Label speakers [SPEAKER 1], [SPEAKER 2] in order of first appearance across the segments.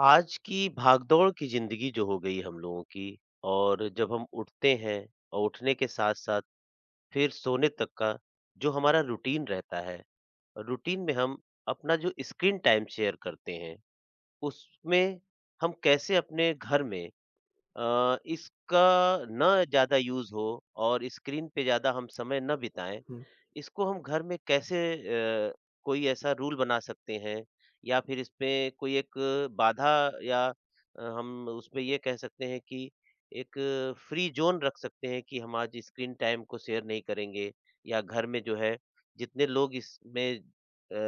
[SPEAKER 1] आज की भागदौड़ की जिंदगी जो हो गई हम लोगों की और जब हम उठते हैं और उठने के साथ साथ फिर सोने तक का जो हमारा रूटीन रहता है रूटीन में हम अपना जो स्क्रीन टाइम शेयर करते हैं उसमें हम कैसे अपने घर में इसका ना ज़्यादा यूज़ हो और स्क्रीन पे ज़्यादा हम समय ना बिताएँ,
[SPEAKER 2] हुँ,
[SPEAKER 1] इसको हम घर में कैसे अ, कोई ऐसा रूल बना सकते हैं या फिर इसपे कोई एक बाधा या हम उसपे ये कह सकते हैं कि एक फ्री ज़ोन रख सकते हैं कि हम आज स्क्रीन टाइम को शेयर नहीं करेंगे या घर में जो है जितने लोग इसमें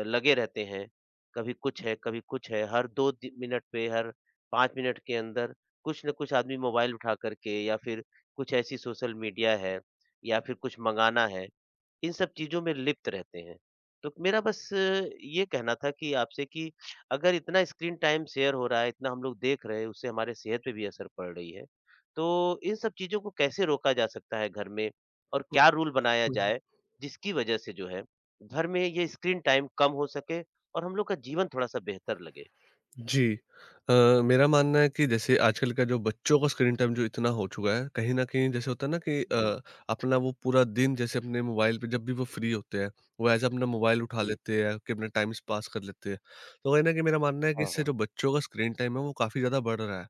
[SPEAKER 1] लगे रहते हैं, कभी कुछ है, कभी कुछ है, हर 2 दि मिनट पे, हर 5 मिनट के अंदर कुछ न कुछ आदमी मोबाइल उठा कर के या फिर कुछ ऐसी सोशल मीडिया है या फिर कुछ मँगाना है, इन सब चीज़ों में लिप्त रहते हैं। तो मेरा बस ये कहना था कि आपसे कि अगर इतना स्क्रीन टाइम शेयर हो रहा है, इतना हम लोग देख रहे हैं, उससे हमारे सेहत पे भी असर पड़ रही है। तो इन सब चीज़ों को कैसे रोका जा सकता है घर में और क्या रूल बनाया
[SPEAKER 2] हुँ, हुँ।
[SPEAKER 1] जाए, जिसकी वजह से जो है, घर में ये स्क्रीन टाइम कम हो सके और हम लोग का जीवन थोड़ा-सा बेहतर लगे?
[SPEAKER 2] जी। अ, मेरा मानना है कि जैसे आजकल का जो बच्चों का स्क्रीन टाइम जो इतना हो चुका है, कहीं न कहीं जैसे होता है ना कि
[SPEAKER 1] जी,
[SPEAKER 2] अपना वो पूरा दिन जैसे अपने मोबाइल पे जब भी वो फ्री होते हैं, वो ऐसे अपना मोबाइल उठा
[SPEAKER 1] जी।
[SPEAKER 2] लेते हैं कि अपना टाइम पास कर लेते हैं। तो कहीं न कहीं मेरा मानना है कि
[SPEAKER 1] हाँ,
[SPEAKER 2] इससे
[SPEAKER 1] हाँ।
[SPEAKER 2] जो बच्चों का स्क्रीन टाइम है, वो काफ़ी ज़्यादा बढ़ रहा है,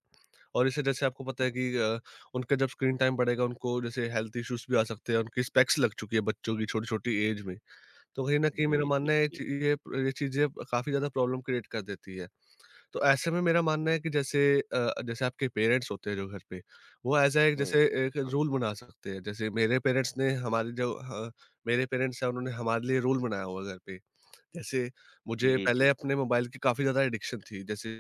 [SPEAKER 2] और इससे जैसे आपको पता है
[SPEAKER 1] हाँ,
[SPEAKER 2] कि उनका जब स्क्रीन टाइम बढ़ेगा, उनको जैसे हेल्थ इश्यूज़ भी आ सकते हैं, उनकी स्पेक्स लग चुकी है बच्चों की छोटी-छोटी ऐज में। तो कहीं न कहीं
[SPEAKER 1] जी,
[SPEAKER 2] मेरा मानना
[SPEAKER 1] जी,
[SPEAKER 2] है
[SPEAKER 1] जी।
[SPEAKER 2] ची ये चीज़ें काफ़ी ज़्यादा प्रॉब्लम क्रिएट कर देती है। तो ऐसे में मेरा मानना
[SPEAKER 1] जी।
[SPEAKER 2] है कि जैसे जैसे आपके पेरेंट्स होते हैं जो घर पे, वो एक
[SPEAKER 1] हुँ,
[SPEAKER 2] जैसे
[SPEAKER 1] हुँ,
[SPEAKER 2] एक
[SPEAKER 1] हाँ।
[SPEAKER 2] रूल बना सकते हैं। जैसे मेरे पेरेंट्स हैं, उन्होंने हमारे लिए रूल बनाया हुआ है घर पे। जैसे मुझे
[SPEAKER 1] जी, जी।
[SPEAKER 2] पहले अपने मोबाइल की काफ़ी ज़्यादा एडिक्शन थी। जैसे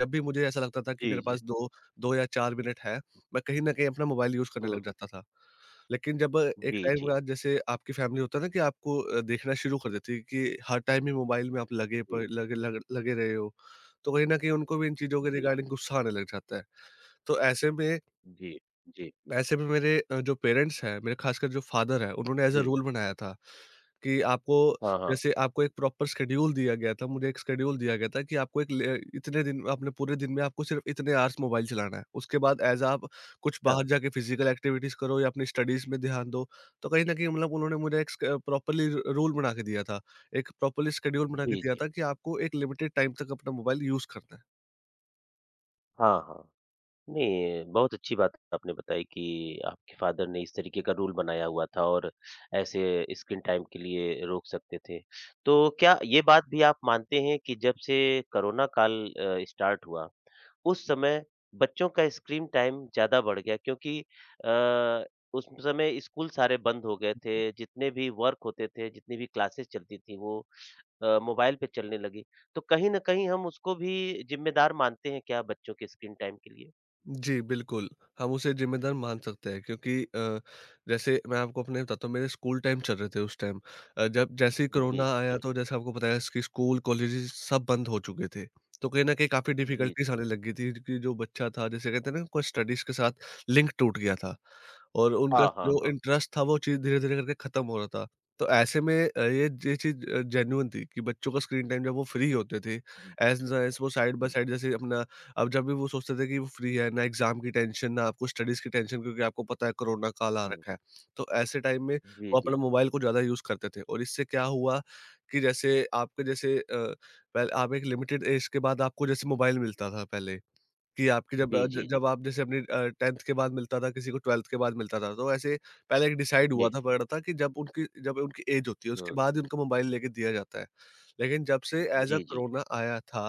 [SPEAKER 2] जब भी मुझे ऐसा लगता था कि
[SPEAKER 1] जी,
[SPEAKER 2] मेरे
[SPEAKER 1] जी।
[SPEAKER 2] पास 2 2 या 4 मिनट है, मैं कहीं न कहीं अपना मोबाइल यूज़ करने
[SPEAKER 1] हुँ।
[SPEAKER 2] लग जाता था। लेकिन जब एक
[SPEAKER 1] जी,
[SPEAKER 2] टाइम के
[SPEAKER 1] जी,
[SPEAKER 2] बाद जैसे आपकी फैमिली होता है ना कि आपको देखना शुरू कर देती है कि हर टाइम ही मोबाइल में आप लगे
[SPEAKER 1] जी,
[SPEAKER 2] प लगे लग लगे रहे हो। तो कहीं न कहीं उनको भी इन चीज़ों के
[SPEAKER 1] जी,
[SPEAKER 2] रिगार्डिंग गुस्सा आने लग जाता है। तो ऐसे में
[SPEAKER 1] जी, जी,
[SPEAKER 2] ऐसे में मेरे जो पेरेंट्स हैं, मेरे ख़ासकर जो फादर हैं, उन्होंने एज़ अ
[SPEAKER 1] जी।
[SPEAKER 2] रूल बनाया था कि आपको
[SPEAKER 1] हाँ, हाँ।
[SPEAKER 2] जैसे आपको एक प्रॉपर शेड्यूल दिया गया था, मुझे एक शेड्यूल दिया गया था कि आपको एक ले इतने दिन आपने पूरे दिन में आपको सिर्फ़ इतने आवर्स मोबाइल चलाना है। उसके बाद ऐज़ आप कुछ
[SPEAKER 1] अच्छा।
[SPEAKER 2] बाहर जाके फ़िज़िकल एक्टिविटीज़ करो या अपनी स्टडीज़ में ध्यान दो। तो कहीं न कहीं मतलब उन्होंने मुझे एक स प्रॉपरली र रूल बना के दिया था। एक प्रॉपरली शेड्यूल बना के
[SPEAKER 1] जी,
[SPEAKER 2] दिया
[SPEAKER 1] जी।
[SPEAKER 2] था कि आपको एक लिमिटेड टाइम तक अपना मोबाइल यूज़ करना है।
[SPEAKER 1] हाँ, हाँ। नहीं, बहुत अच्छी बात आपने बताई कि आपके फ़ादर ने इस तरीके का रूल बनाया हुआ था और ऐसे स्क्रीन टाइम के लिए रोक सकते थे। तो क्या ये बात भी आप मानते हैं कि जब से कोरोना काल स्टार्ट हुआ उस समय बच्चों का स्क्रीन टाइम ज़्यादा बढ़ गया क्योंकि अ, उस समय स्कूल सारे बंद हो गए थे, जितने भी वर्क होते थे, जितनी भी क्लासेस चलती थी वो मोबाइल पे चलने लगी। तो कहीं न कहीं हम उसको भी ज़िम्मेदार मानते हैं क्या बच्चों के स्क्रीन टाइम के लिए?
[SPEAKER 2] जी, बिल्कुल। हम उसे ज़िम्मेदार मान सकते हैं, क्योंकि जैसे मैं आपको अपने बताता हूँ, मेरे स्कूल टाइम चल रहे थे उस टाइम। जब जैसे ही
[SPEAKER 1] जी,
[SPEAKER 2] कोरोना आया,
[SPEAKER 1] जी।
[SPEAKER 2] तो जैसे आपको पता है कि स्कूल, कॉलेजेस सब बंद हो चुके थे। तो कहीं न कहीं काफ़ी
[SPEAKER 1] जी,
[SPEAKER 2] डिफ़िकल्टीज़
[SPEAKER 1] जी।
[SPEAKER 2] आने लग गई थी कि जो बच्चा था, जैसे कहते हैं ना, कोई स्टडीज़ के साथ लिंक टूट गया था। और उनका
[SPEAKER 1] हाँ, हाँ,
[SPEAKER 2] जो
[SPEAKER 1] हाँ।
[SPEAKER 2] इंटरेस्ट था वो चीज़ धीरे-धीरे करके खत्म हो रहा था। तो ऐसे में ये चीज़ जेन्युइन थी कि बच्चों का स्क्रीन टाइम जब वो फ्री होते थे,
[SPEAKER 1] हुँ,
[SPEAKER 2] एज़ एज़ वो साइड बाय
[SPEAKER 1] हुँ,
[SPEAKER 2] साइड जैसे अपना अब जब भी वो सोचते थे कि वो फ्री है, ना एग्ज़ाम की टेंशन, ना आपको स्टडीज़ की टेंशन, क्योंकि आपको पता है कोरोना काल आ
[SPEAKER 1] हुँ।
[SPEAKER 2] रखा है। तो ऐसे टाइम में
[SPEAKER 1] जी,
[SPEAKER 2] वो
[SPEAKER 1] जी।
[SPEAKER 2] अपना मोबाइल को ज़्यादा यूज़ करते थे, और इससे क्या हुआ कि जैसे पहले आप एक लिमिटेड एज के बाद आपको जैसे मोबाइल मिलता था पहले, कि आपकी जब अ,
[SPEAKER 1] जी,
[SPEAKER 2] ज
[SPEAKER 1] जी।
[SPEAKER 2] जब आप जैसे अपनी 10th के बाद मिलता था, किसी को 12th के बाद मिलता था, तो ऐसे पहले एक डिसाइड हुआ
[SPEAKER 1] जी।
[SPEAKER 2] था पड़ रहा था कि जब उनकी ऐज होती है, उसके
[SPEAKER 1] हुँ।
[SPEAKER 2] बाद ही उनको मोबाइल लेके दिया जाता है। लेकिन जब से as a
[SPEAKER 1] ji, ji.
[SPEAKER 2] Corona आया था,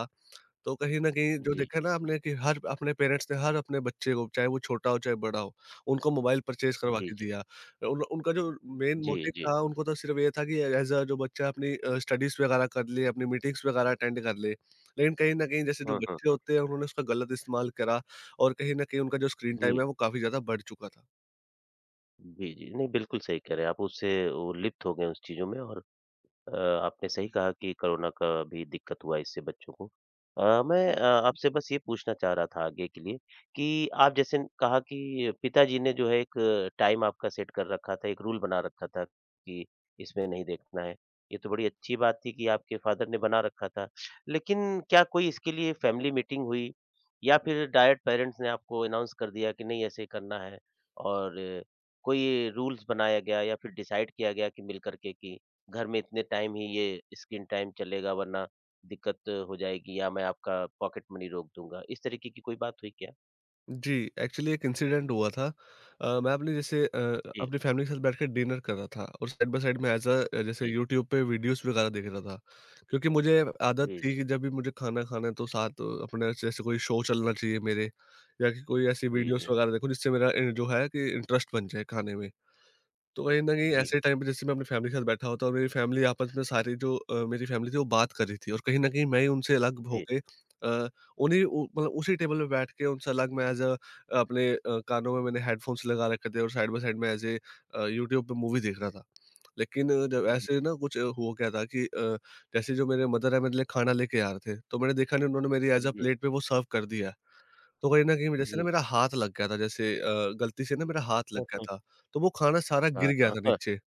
[SPEAKER 2] तो कहीं न कहीं जो
[SPEAKER 1] जी।
[SPEAKER 2] देखा ना आपने कि हर अपने पेरेंट्स ने हर अपने बच्चे को, चाहे वो छोटा हो चाहे बड़ा हो, उनको मोबाइल परचेज़ करवा
[SPEAKER 1] जी,
[SPEAKER 2] के
[SPEAKER 1] जी।
[SPEAKER 2] दिया। उन उनका जो मेन
[SPEAKER 1] जी,
[SPEAKER 2] मोटिव
[SPEAKER 1] जी।
[SPEAKER 2] था उनको तो सिर्फ़ ये था कि एज़ अ जो बच्चा अपनी स्टडीज़ वगैरह कर ले, अपनी मीटिंग्स वगैरह अटेंड कर ले। लेकिन कहीं न कहीं जैसे जो
[SPEAKER 1] हुँ, हुँ,
[SPEAKER 2] बच्चे
[SPEAKER 1] हुँ।
[SPEAKER 2] होते हैं उन्होंने उसका गलत इस्तेमाल करा, और कहीं न कहीं उनका जो स्क्रीन टाइम
[SPEAKER 1] जी।
[SPEAKER 2] है वो काफ़ी ज़्यादा बढ़ चुका था।
[SPEAKER 1] जी, जी। नहीं, बिल्कुल सही कह रहे हैं आप, उससे वो लिप्त हो गए हैं उस चीज़ों में और अ, आपने सही कहा कि कोरोना का भी दिक्कत हुआ इससे बच्चों को। अ, मैं अ, आपसे बस ये पूछना चाह रहा था आगे के लिए कि आप जैसे न कहा कि पिताजी ने जो है एक टाइम आपका सेट कर रखा था, एक रूल बना रखा था कि इसमें नहीं देखना है। ये तो बड़ी अच्छी बात थी कि आपके फादर ने बना रखा था। लेकिन क्या कोई इसके लिए फैमिली मीटिंग हुई या फिर डायरेक्ट पेरेंट्स ने आपको अनाउंस कर दिया कि नहीं ऐसे करना है और कोई रूल्स बनाया गया या फिर डिसाइड किया गया कि मिल कर के कि घर में इतने टाइम ही ये स्क्रीन टाइम चलेगा वरना दिक्कत हो जाएगी या मैं आपका पॉकेट मनी रोक दूँगा। इस तरीके की कोई बात हुई क्या?
[SPEAKER 2] जी, एक्चुअली एक इंसिडेंट हुआ था। मैं अपनी जैसे अ,
[SPEAKER 1] जी,
[SPEAKER 2] अपनी फ़ैमिली के साथ बैठ के डिनर कर रहा था, और साइड बाय साइड मैं ऐज़ जैसे
[SPEAKER 1] जी,
[SPEAKER 2] यूट्यूब पे वीडियोज़ वगैरह देख रहा था। क्योंकि मुझे आदत
[SPEAKER 1] जी,
[SPEAKER 2] थी कि जब भी मुझे खाना खाना है तो साथ अपने जैसे कोई शो चलना चाहिए मेरे, या कि कोई ऐसी
[SPEAKER 1] जी, जी,
[SPEAKER 2] वीडियोज़
[SPEAKER 1] जी,
[SPEAKER 2] वगैरह देखूँ जिससे मेरा जो है कि इंटरेस्ट बन जाए खाने में। तो कहीं न कहीं ऐसे टाइम पे जैसे मैं अपनी फैमिली के साथ बैठा होता, और मेरी फैमिली आपस में सारी जो मेरी फैमिली थी वो बात कर रही थी, और कहीं न कहीं मैं ही उनसे अलग हो
[SPEAKER 1] जी,
[SPEAKER 2] के उन्हीं उ मतलब उसी टेबल पे बैठ के उनसे अलग मैं एज़ अपने कानों में मैंने हेडफ़ोन्स लगा रखे थे और साइड बाय साइड में ऐज़ ए यूट्यूब पे मूवी देख रहा था। लेकिन जब
[SPEAKER 1] जी,
[SPEAKER 2] ऐसे ना कुछ हो गया था कि जैसे जो मेरे मदर है मेरे लिए खाना लेके आ रहे थे, तो मैंने देखा नहीं, उन्होंने मेरी एज़ अ
[SPEAKER 1] जी,
[SPEAKER 2] प्लेट पे वो सर्व कर दिया है। तो कहीं न कहीं जैसे ना
[SPEAKER 1] जी।
[SPEAKER 2] मेरा हाथ लग गया था, जैसे गलती से ना मेरा हाथ लग गया था, तो वो खाना सारा
[SPEAKER 1] हाँ,
[SPEAKER 2] गिर गया
[SPEAKER 1] हाँ,
[SPEAKER 2] था
[SPEAKER 1] हाँ।
[SPEAKER 2] नीचे।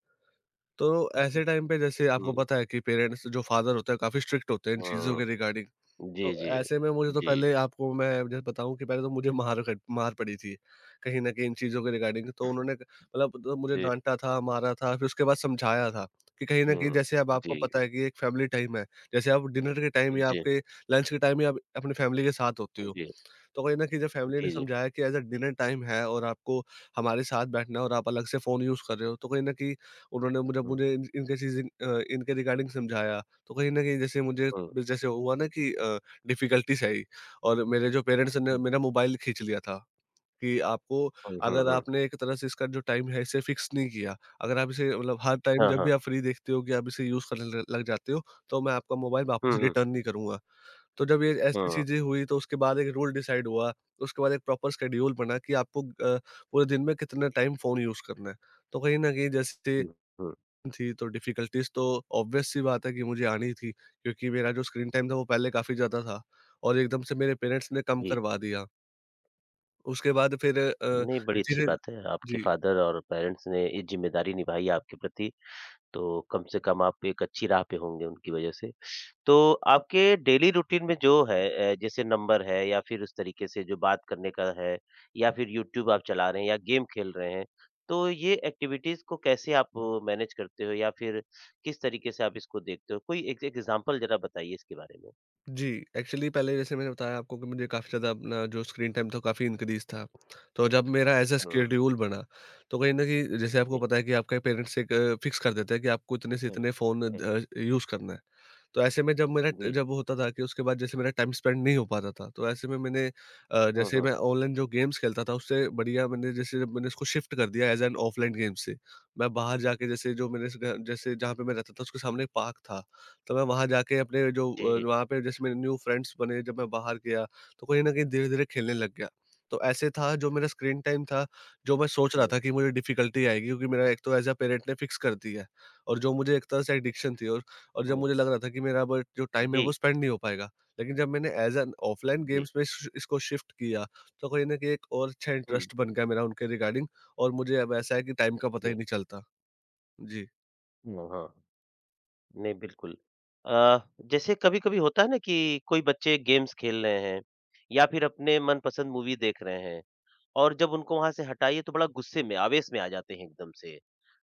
[SPEAKER 2] तो ऐसे टाइम पे जैसे आपको
[SPEAKER 1] हुँ,
[SPEAKER 2] पता है कि पेरेंट्स जो फादर होते हैं काफ़ी स्ट्रिक्ट होते हैं इन चीज़ों
[SPEAKER 1] हुँ।
[SPEAKER 2] के रिगार्डिंग। तो
[SPEAKER 1] जी, जी,
[SPEAKER 2] ऐसे में मुझे तो
[SPEAKER 1] जी,
[SPEAKER 2] पहले आपको मैं जैसे बताऊँ कि पहले तो मुझे मार क मार पड़ी थी, कहीं न कहीं इन चीज़ों के रिगार्डिंग। तो उन्होंने मतलब तो मुझे
[SPEAKER 1] जी,
[SPEAKER 2] डाँटा था, मारा था, फिर उसके बाद समझाया था कि कहीं न कहीं
[SPEAKER 1] हुँ,
[SPEAKER 2] जैसे अब आपको
[SPEAKER 1] जी, जी,
[SPEAKER 2] पता है कि एक फैमिली टाइम है, जैसे आप डिनर के टाइम
[SPEAKER 1] जी,
[SPEAKER 2] या
[SPEAKER 1] जी,
[SPEAKER 2] आपके लंच के टाइम या आप अपनी फैमिली के साथ होते हो।
[SPEAKER 1] जी,
[SPEAKER 2] तो कहीं न कहीं जब फैमिली ने
[SPEAKER 1] जी,
[SPEAKER 2] समझाया कि एज़ अ डिनर टाइम है और आपको हमारे साथ बैठना है और आप अलग से फ़ोन यूज़ कर रहे हो, तो कहीं न कहीं उन्होंने मुझे
[SPEAKER 1] हुँ,
[SPEAKER 2] मुझे इन इनके चीज़ इनके रिगार्डिंग समझाया। तो कहीं न कहीं जैसे मुझे
[SPEAKER 1] हुँ,
[SPEAKER 2] जैसे हुआ ना कि डिफ़िकल्टीज़ आई, और मेरे जो पेरेंट्स ने
[SPEAKER 1] हुँ,
[SPEAKER 2] मेरा मोबाइल खींच लिया था कि आपको,
[SPEAKER 1] हुँ, हुँ,
[SPEAKER 2] अगर
[SPEAKER 1] हुँ।
[SPEAKER 2] आपने एक तरह से इसका जो टाइम है इसे फ़िक्स नहीं किया, अगर आप इसे मतलब हर टाइम
[SPEAKER 1] हाँ,
[SPEAKER 2] जब भी आप फ्री देखते हो कि आप इसे यूज़ करने ल लग जाते हो, तो मैं आपका मोबाइल
[SPEAKER 1] हुँ,
[SPEAKER 2] वापस
[SPEAKER 1] हुँ,
[SPEAKER 2] रिटर्न नहीं करूँगा। तो जब ये ऐसी
[SPEAKER 1] हाँ,
[SPEAKER 2] चीज़ें हुई तो उसके बाद एक रूल डिसाइड हुआ, उसके बाद एक प्रॉपर शेड्यूल बना कि आपको पूरे दिन में कितना टाइम फ़ोन यूज़ करना है। तो कहीं न कहीं जैसे
[SPEAKER 1] हुँ, हुँ,
[SPEAKER 2] थी तो डिफ़िकल्टीज़ तो ऑब्वियस सी बात है कि मुझे आनी थी, क्योंकि मेरा जो स्क्रीन टाइम था वो पहले काफ़ी ज़्यादा था, और एकदम से मेरे पेरेंट्स ने कम
[SPEAKER 1] जी।
[SPEAKER 2] करवा दिया। उसके बाद फिर
[SPEAKER 1] नहीं, बड़ी अच्छी
[SPEAKER 2] धीरे।
[SPEAKER 1] बात है। आपके
[SPEAKER 2] जी।
[SPEAKER 1] फ़ादर और पेरेंट्स ने ये ज़िम्मेदारी निभाई है आपके प्रति, तो कम से कम आप एक अच्छी राह पे होंगे उनकी वज़ह से। तो आपके डेली रूटीन में जो है जैसे नंबर है या फिर उस तरीके से जो बात करने का है या फिर यूट्यूब आप चला रहे हैं या गेम खेल रहे हैं, तो ये एक्टिविटीज़ को कैसे आप मैनेज करते हो या फिर किस तरीके से आप इसको देखते हो? कोई एक एक एग्ज़ाम्पल ज़रा बताइए इसके बारे में?
[SPEAKER 2] जी, एक्चुअली पहले जैसे मैंने बताया आपको कि मुझे काफ़ी ज़्यादा अपना जो स्क्रीन टाइम था काफ़ी इंक्रीज़ था। तो जब मेरा ऐज़ अ
[SPEAKER 1] हुँ,
[SPEAKER 2] शेड्यूल बना, तो कहीं न कहीं जैसे आपको
[SPEAKER 1] जी,
[SPEAKER 2] पता है कि आपके पेरेंट्स एक फिक्स कर देते हैं कि आपको इतने से
[SPEAKER 1] हुँ,
[SPEAKER 2] इतने फ़ोन
[SPEAKER 1] हुँ,
[SPEAKER 2] यूज़ करना है। तो ऐसे में जब मेरा
[SPEAKER 1] जी,
[SPEAKER 2] जब होता था कि उसके बाद जैसे मेरा टाइम स्पेंड नहीं हो पाता था, तो ऐसे में मैंने
[SPEAKER 1] हुँ,
[SPEAKER 2] जैसे
[SPEAKER 1] हुँ,
[SPEAKER 2] मैं ऑनलाइन जो गेम्स खेलता था उससे बढ़िया मैंने जैसे जब मैंने इसको शिफ्ट कर दिया एज़ एन ऑफलाइन गेम से। मैं बाहर जाके जैसे जो मैंने स ग जैसे जहाँ पे मैं रहता था उसके सामने पार्क था, तो मैं वहाँ जाके अपने जो
[SPEAKER 1] जी,
[SPEAKER 2] वहाँ पे जैसे मेरे न्यू फ्रेंड्स बने जब मैं बाहर गया, तो कहीं न कहीं धीरे-धीरे खेलने लग गया। तो ऐसे था जो मेरा स्क्रीन टाइम था, जो मैं सोच रहा
[SPEAKER 1] हुँ,
[SPEAKER 2] था कि मुझे डिफ़िकल्टी आएगी क्योंकि मेरा एक तो एज़ अ पेरेंट ने फ़िक्स कर दिया है, और जो मुझे एक तरह से एडिक्शन थी, और जब
[SPEAKER 1] हुँ,
[SPEAKER 2] मुझे लग रहा था कि मेरा बट जो टाइम है
[SPEAKER 1] जी,
[SPEAKER 2] वो स्पेंड नहीं हो पाएगा। लेकिन जब मैंने एज़ एन ऑफ़लाइन
[SPEAKER 1] जी।
[SPEAKER 2] गेम्स में इस इसको शिफ्ट किया, तो कहीं न कहीं एक और अच्छा
[SPEAKER 1] हुँ,
[SPEAKER 2] इंटरेस्ट बन गया मेरा उनके रिगार्डिंग, और मुझे अब ऐसा है कि टाइम का पता ही
[SPEAKER 1] जी।
[SPEAKER 2] नहीं चलता। जी।
[SPEAKER 1] हुँ, हाँ, नहीं बिल्कुल। अ, जैसे कभी-कभी होता है ना कि कोई बच्चे गेम्स खेल रहे हैं या फिर अपने मनपसंद मूवी देख रहे हैं और जब उनको वहाँ से हटाइए तो बड़ा गुस्से में, आवेश में आ जाते हैं एकदम से।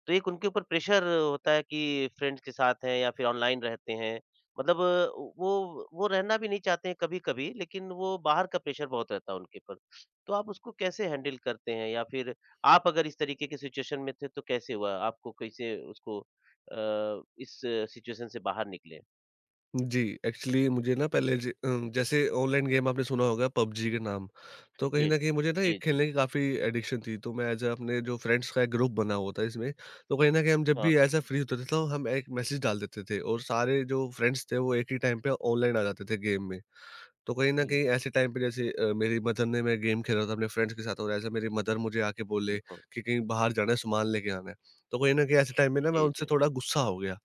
[SPEAKER 1] तो एक उनके ऊपर प्रेशर होता है कि फ्रेंड्स के साथ हैं या फिर ऑनलाइन रहते हैं। मतलब वो रहना भी नहीं चाहते हैं कभी-कभी, लेकिन वो बाहर का प्रेशर बहुत रहता है उनके ऊपर। तो आप उसको कैसे हैंडल करते हैं या फिर आप अगर इस तरीके की सिचुएशन में थे तो कैसे हुआ? आपको कैसे उसको इस सिचुएशन से बाहर निकले?
[SPEAKER 2] जी, एक्चुअली मुझे ना पहले जैसे ऑनलाइन गेम आपने सुना होगा पबजी के नाम। तो कहीं
[SPEAKER 1] जी।
[SPEAKER 2] न कहीं मुझे ना ये
[SPEAKER 1] जी, जी।
[SPEAKER 2] खेलने की काफ़ी एडिक्शन थी, तो मैं एज़ अ अपने जो फ्रेंड्स का एक ग्रुप बना हुआ था इसमें, तो कहीं न कहीं हम जब
[SPEAKER 1] हाँ, हाँ।
[SPEAKER 2] भी ऐसा फ्री होते थे, तो हम एक मैसेज डाल देते थे और सारे जो फ्रेंड्स थे, वो एक ही टाइम पे ऑनलाइन आ जाते थे गेम में। तो कहीं न
[SPEAKER 1] हुँ,
[SPEAKER 2] कहीं ऐसे टाइम पे जैसे मेरी मदर ने, मैं गेम खेल रहा था अपने फ्रेंड्स के साथ, और ऐसे मेरी मदर मुझे आके बोले
[SPEAKER 1] हुँ। हुँ,
[SPEAKER 2] कि कहीं बाहर जाना है, सामान लेके आना है। तो कहीं न कहीं ऐसे टाइम में ना मैं
[SPEAKER 1] जी,
[SPEAKER 2] उनसे
[SPEAKER 1] जी।
[SPEAKER 2] थोड़ा गुस्सा हो गया।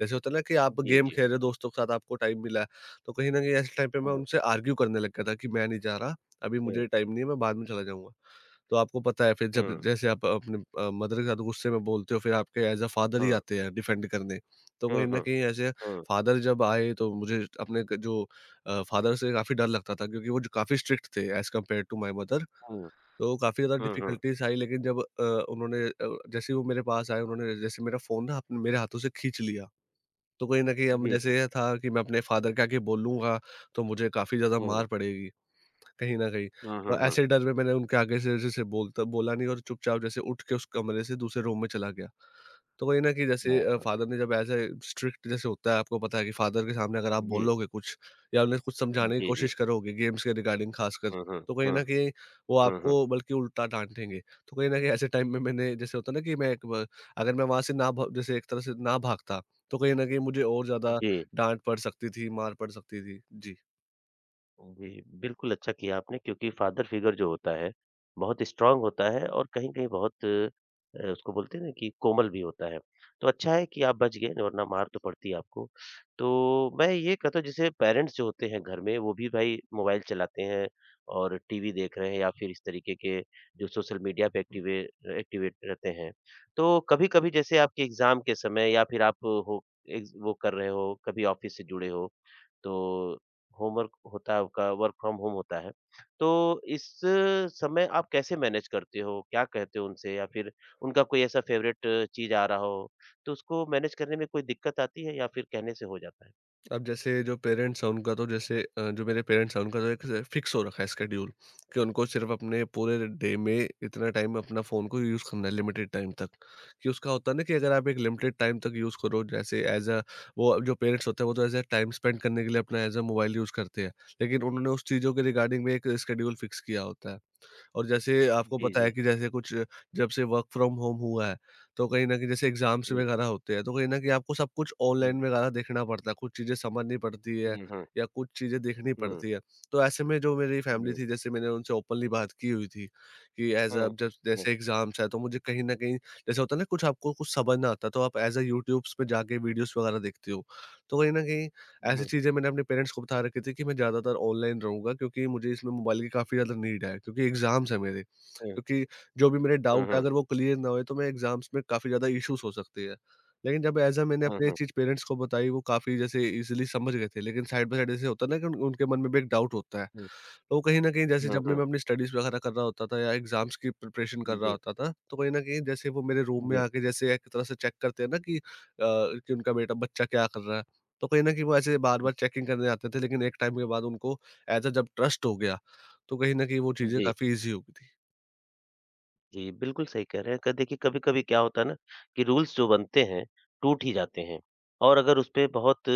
[SPEAKER 2] जैसे होता है ना कि आप
[SPEAKER 1] जी,
[SPEAKER 2] गेम
[SPEAKER 1] जी।
[SPEAKER 2] खेल रहे हो दोस्तों के साथ, आपको टाइम मिला है, तो कहीं न कहीं ऐसे टाइम पे मैं
[SPEAKER 1] हुँ,
[SPEAKER 2] उनसे आर्ग्यू करने लग गया था कि मैं नहीं जा रहा, अभी
[SPEAKER 1] हुँ,
[SPEAKER 2] मुझे टाइम नहीं है, मैं बाद में चला जाऊँगा। तो आपको पता है, फिर जब
[SPEAKER 1] हुँ,
[SPEAKER 2] जैसे आप अपने मदर के साथ गुस्से में बोलते हो, फिर आपके एज़ अ फादर ही
[SPEAKER 1] हुँ,
[SPEAKER 2] आते हैं डिफेंड करने। तो
[SPEAKER 1] हुँ,
[SPEAKER 2] कहीं न
[SPEAKER 1] हुँ,
[SPEAKER 2] कहीं ऐसे
[SPEAKER 1] हुँ,
[SPEAKER 2] फादर जब आए, तो मुझे अपने क जो फादर से काफ़ी डर लगता था, क्योंकि वो जो काफ़ी स्ट्रिक्ट थे as compare to my mother.
[SPEAKER 1] हुँ,
[SPEAKER 2] तो काफ़ी ज़्यादा
[SPEAKER 1] हुँ, हुँ।
[SPEAKER 2] डिफिकल्टीज़ आई, लेकिन जब उन्होंने जैसे ही वो मेरे पास आए, उन्होंने जैसे मेरा फ़ोन ना अपने मेरे हाथों से खींच लिया। तो कहीं न कहीं अब
[SPEAKER 1] जी, जी।
[SPEAKER 2] जैसे ये था कि मैं अपने फादर के आगे बोलूँगा, तो मुझे काफ़ी ज़्यादा
[SPEAKER 1] हुँ,
[SPEAKER 2] मार पड़ेगी। कहीं न कहीं,
[SPEAKER 1] हुँ, हुँ,
[SPEAKER 2] और
[SPEAKER 1] हुँ।
[SPEAKER 2] ऐसे डर में मैंने उनके आगे से जैसे बोलता बोला नहीं, और चुपचाप जैसे उठ के उस कमरे से दूसरे रूम में चला गया। तो वही ना कि जैसे
[SPEAKER 1] हाँ,
[SPEAKER 2] फ़ादर ने जब ऐसे स्ट्रिक्ट, जैसे होता है, आपको पता है कि फ़ादर के सामने अगर आप
[SPEAKER 1] जी।
[SPEAKER 2] बोलोगे कुछ या उन्हें कुछ समझाने की
[SPEAKER 1] जी, जी।
[SPEAKER 2] कोशिश करोगे गेम्स के रिगार्डिंग ख़ासकर,
[SPEAKER 1] हुँ, हुँ,
[SPEAKER 2] तो कहीं
[SPEAKER 1] हुँ,
[SPEAKER 2] न कहीं वो
[SPEAKER 1] हुँ, हुँ।
[SPEAKER 2] आपको बल्कि उल्टा डाँटेंगे। तो कहीं न कहीं ऐसे टाइम में मैंने, जैसे होता है ना कि मैं एक ब अगर मैं वहाँ से ना भ जैसे एक तरह से ना भागता, तो कहीं न कहीं मुझे और ज़्यादा
[SPEAKER 1] जी।
[SPEAKER 2] डाँट पड़ सकती थी, मार पड़ सकती थी। जी।
[SPEAKER 1] जी, बिल्कुल अच्छा किया आपने क्योंकि फादर फिगर जो होता है, बहुत स्ट्रॉन्ग होता है और कहीं-कहीं बहुत उसको बोलते हैं ना कि कोमल भी होता है। तो अच्छा है कि आप बच गए वरना मार तो पड़ती आपको। तो मैं ये कहता हूँ जैसे पेरेंट्स जो होते हैं घर में वो भी भाई मोबाइल चलाते हैं और टीवी देख रहे हैं या फिर इस तरीके के जो सोशल मीडिया पे एक्टिवेट रहते हैं। तो कभी-कभी जैसे आपके एग्ज़ाम के समय या फिर आप हो एग्ज़ वो कर रहे हो, कभी ऑफ़िस से जुड़े हो, तो होमवर्क होता है आपका वर्क फ्रॉम होम होता है। तो इस समय आप कैसे मैनेज करते हो? क्या कहते हो उनसे या फिर उनका कोई ऐसा फ़ेवरेट चीज़ आ रहा हो, तो उसको मैनेज करने में कोई दिक्कत आती है या फिर कहने से हो जाता है?
[SPEAKER 2] अब जैसे जो पेरेंट्स हैं उनका, तो जैसे जो मेरे पेरेंट्स हैं उनका, तो एक फिक्स हो रखा है स्केड्यूल कि उनको सिर्फ अपने पूरे डे में इतना टाइम अपना फ़ोन को यूज़ करना है, लिमिटेड टाइम तक। कि उसका होता है ना कि अगर आप एक लिमिटेड टाइम तक यूज़ करो, जैसे एज़ अ वो जो पेरेंट्स होते हैं, वो तो एज़ अ टाइम स्पेंड करने के लिए अपना एज़ अ मोबाइल यूज़ करते हैं। लेकिन उन्होंने उस चीज़ों के रिगार्डिंग में एक स्केड्यूल फिक्स किया होता है। और जैसे आपको
[SPEAKER 1] जी,
[SPEAKER 2] पता
[SPEAKER 1] जी,
[SPEAKER 2] है कि
[SPEAKER 1] जी,
[SPEAKER 2] जैसे कुछ, जब से वर्क फ्रॉम होम हुआ है, तो कहीं न कहीं जैसे एग्ज़ाम्स
[SPEAKER 1] जी।
[SPEAKER 2] वगैरह होते हैं, तो कहीं न कहीं आपको सब कुछ
[SPEAKER 1] हुँ,
[SPEAKER 2] ऑनलाइन वगैरह देखना पड़ता है, कुछ चीज़ें समझनी पड़ती है
[SPEAKER 1] हुँ, हुँ,
[SPEAKER 2] या कुछ चीज़ें देखनी
[SPEAKER 1] हुँ,
[SPEAKER 2] पड़ती है। तो ऐसे में जो मेरी फैमिली
[SPEAKER 1] जी,
[SPEAKER 2] थी, जैसे मैंने उनसे ओपनली बात की हुई थी कि एज़ अ
[SPEAKER 1] हुँ,
[SPEAKER 2] जब
[SPEAKER 1] हुँ,
[SPEAKER 2] जैसे एग्ज़ाम्स है, तो मुझे कहीं न कहीं, जैसे होता है ना, कुछ आपको कुछ समझ ना आता, तो आप एज़ अ यूट्यूब्स पे जाके वीडियोज़ वगैरह देखते हो। तो कहीं न कहीं ऐसी
[SPEAKER 1] हुँ,
[SPEAKER 2] चीज़ें मैंने अपने पेरेंट्स को बता रखी थी कि मैं ज़्यादातर ऑनलाइन रहूँगा, क्योंकि मुझे इसमें मोबाइल की काफ़ी ज़्यादा नीड है, क्योंकि एग्ज़ाम्स हैं मेरे। क्योंकि जो भी मेरे
[SPEAKER 1] हुँ,
[SPEAKER 2] डाउट है,
[SPEAKER 1] हुँ,
[SPEAKER 2] अगर वो क्लियर ना हुए, तो मैं एग्ज़ाम्स में काफ़ी ज़्यादा इश्यूज़ हो सकती है। लेकिन जब ऐज़ अ मैंने
[SPEAKER 1] हुँ,
[SPEAKER 2] अपनी ये
[SPEAKER 1] हुँ,
[SPEAKER 2] चीज़ पेरेंट्स को बताई, वो काफ़ी जैसे ईज़िली समझ गए थे। लेकिन साइड बाय साइड ऐसे होता है ना कि उन उनके मन में भी एक डाउट होता है। तो कहीं न कहीं जैसे
[SPEAKER 1] हुँ,
[SPEAKER 2] जब भी
[SPEAKER 1] हुँ,
[SPEAKER 2] मैं अपनी स्टडीज़ वगैरह कर रहा होता था या एग्ज़ाम्स की प्रिपरेशन कर
[SPEAKER 1] हुँ,
[SPEAKER 2] रहा
[SPEAKER 1] जी,
[SPEAKER 2] होता था, तो कहीं न कहीं जैसे वो मेरे रूम में
[SPEAKER 1] जी,
[SPEAKER 2] आके जैसे एक तरह से चेक करते हैं ना कि कि उनका बेटा, बच्चा क्या कर रहा है। तो कहीं न कहीं वो ऐसे बार-बार चेकिंग करने आते थे, लेकिन एक टाइम के बाद उनको ऐज़ अ जब ट्रस्ट हो गया, तो कहीं न कहीं वो चीज़ें
[SPEAKER 1] जी।
[SPEAKER 2] काफ़ी ईज़ी हो गई थी।
[SPEAKER 1] जी, बिल्कुल सही कह रहे हैं। क देखिए कभी-कभी क्या होता है ना कि रूल्स जो बनते हैं, टूट ही जाते हैं और अगर उसपे बहुत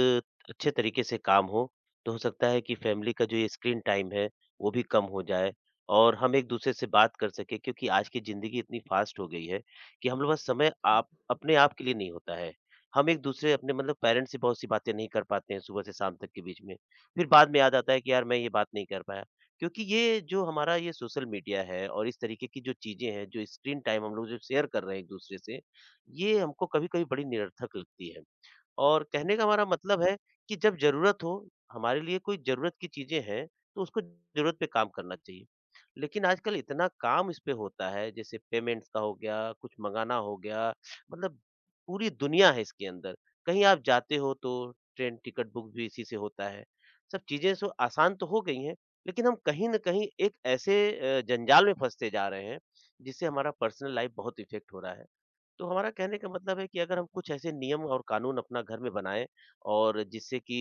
[SPEAKER 1] अच्छे तरीके से काम हो, तो हो सकता है कि फैमिली का जो ये स्क्रीन टाइम है, वो भी कम हो जाए और हम एक-दूसरे से बात कर सकें क्योंकि आज की ज़िंदगी इतनी फ़ास्ट हो गई है कि हम लोग का समय आप अपने आप के लिए नहीं होता है। हम एक-दूसरे अपने मतलब पेरेंट्स से बहुत-सी बातें नहीं कर पाते हैं सुबह से शाम तक के बीच में। फिर बाद में याद आता है कि यार मैं ये बात नहीं कर पाया। क्योंकि ये जो हमारा ये सोशल मीडिया है और इस तरीके की जो चीज़ें हैं, जो स्क्रीन टाइम हम लोग जो शेयर कर रहे हैं एक-दूसरे से, ये हमको कभी-कभी बड़ी निरर्थक लगती है। और कहने का हमारा मतलब है कि जब ज़रूरत हो, हमारे लिए कोई ज़रूरत की चीज़ें हैं, तो उसको ज़रूरत पे काम करना चाहिए। लेकिन आजकल इतना काम इस पे होता है, जैसे पेमेंट्स का हो गया, कुछ मँगाना हो गया, मतलब पूरी दुनिया है इसके अंदर। कहीं आप जाते हो तो ट्रेन टिकट बुक भी इसी से होता है। सब चीज़ें सो आसान तो हो गई हैं, लेकिन हम कहीं न कहीं एक ऐसे जंजाल में फँसते जा रहे हैं, जिससे हमारा पर्सनल लाइफ़ बहुत इफ़ेक्ट हो रहा है। तो हमारा कहने का मतलब है कि अगर हम कुछ ऐसे नियम और कानून अपना घर में बनाएँ और जिससे कि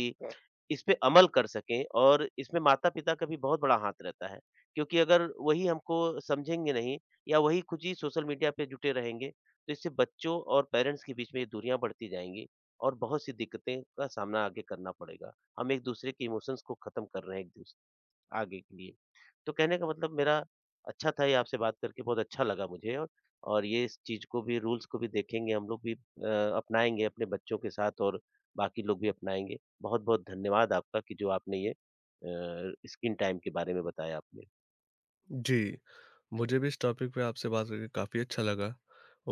[SPEAKER 1] इस पे अमल कर सकें और इसमें माता-पिता का भी बहुत बड़ा हाथ रहता है। क्योंकि अगर वही हमको समझेंगे नहीं या वही खुद ही सोशल मीडिया पे जुटे रहेंगे, तो इससे बच्चों और पेरेंट्स के बीच में ये दूरियाँ बढ़ती जाएँगी और बहुत-सी दिक्कतें का सामना आगे करना पड़ेगा। हम एक-दूसरे के इमोशंस को खत्म कर रहे हैं एक-दूसरे आगे के लिए। तो कहने का मतलब मेरा अच्छा था ये आपसे बात करके बहुत अच्छा लगा मुझे और ये इस चीज़ को भी रूल्स को भी देखेंगे हम लोग भी अपनाएँगे अपने बच्चों के साथ और बाकी लोग भी अपनाएँगे। बहुत-बहुत धन्यवाद आपका कि जो आपने ये स्क्रीन टाइम के बारे में बताया आपने।
[SPEAKER 2] जी, मुझे भी इस टॉपिक पे आपसे बात करके काफ़ी अच्छा लगा।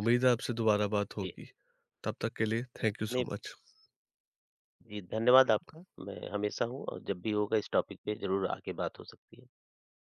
[SPEAKER 2] उम्मीद है आपसे दोबारा बात
[SPEAKER 1] जी,
[SPEAKER 2] होगी। तब तक के लिए थैंक यू
[SPEAKER 1] नहीं
[SPEAKER 2] सो मच।
[SPEAKER 1] जी, धन्यवाद आपका। मैं हमेशा हूँ और जब भी होगा इस टॉपिक पे ज़रूर आगे बात हो सकती है।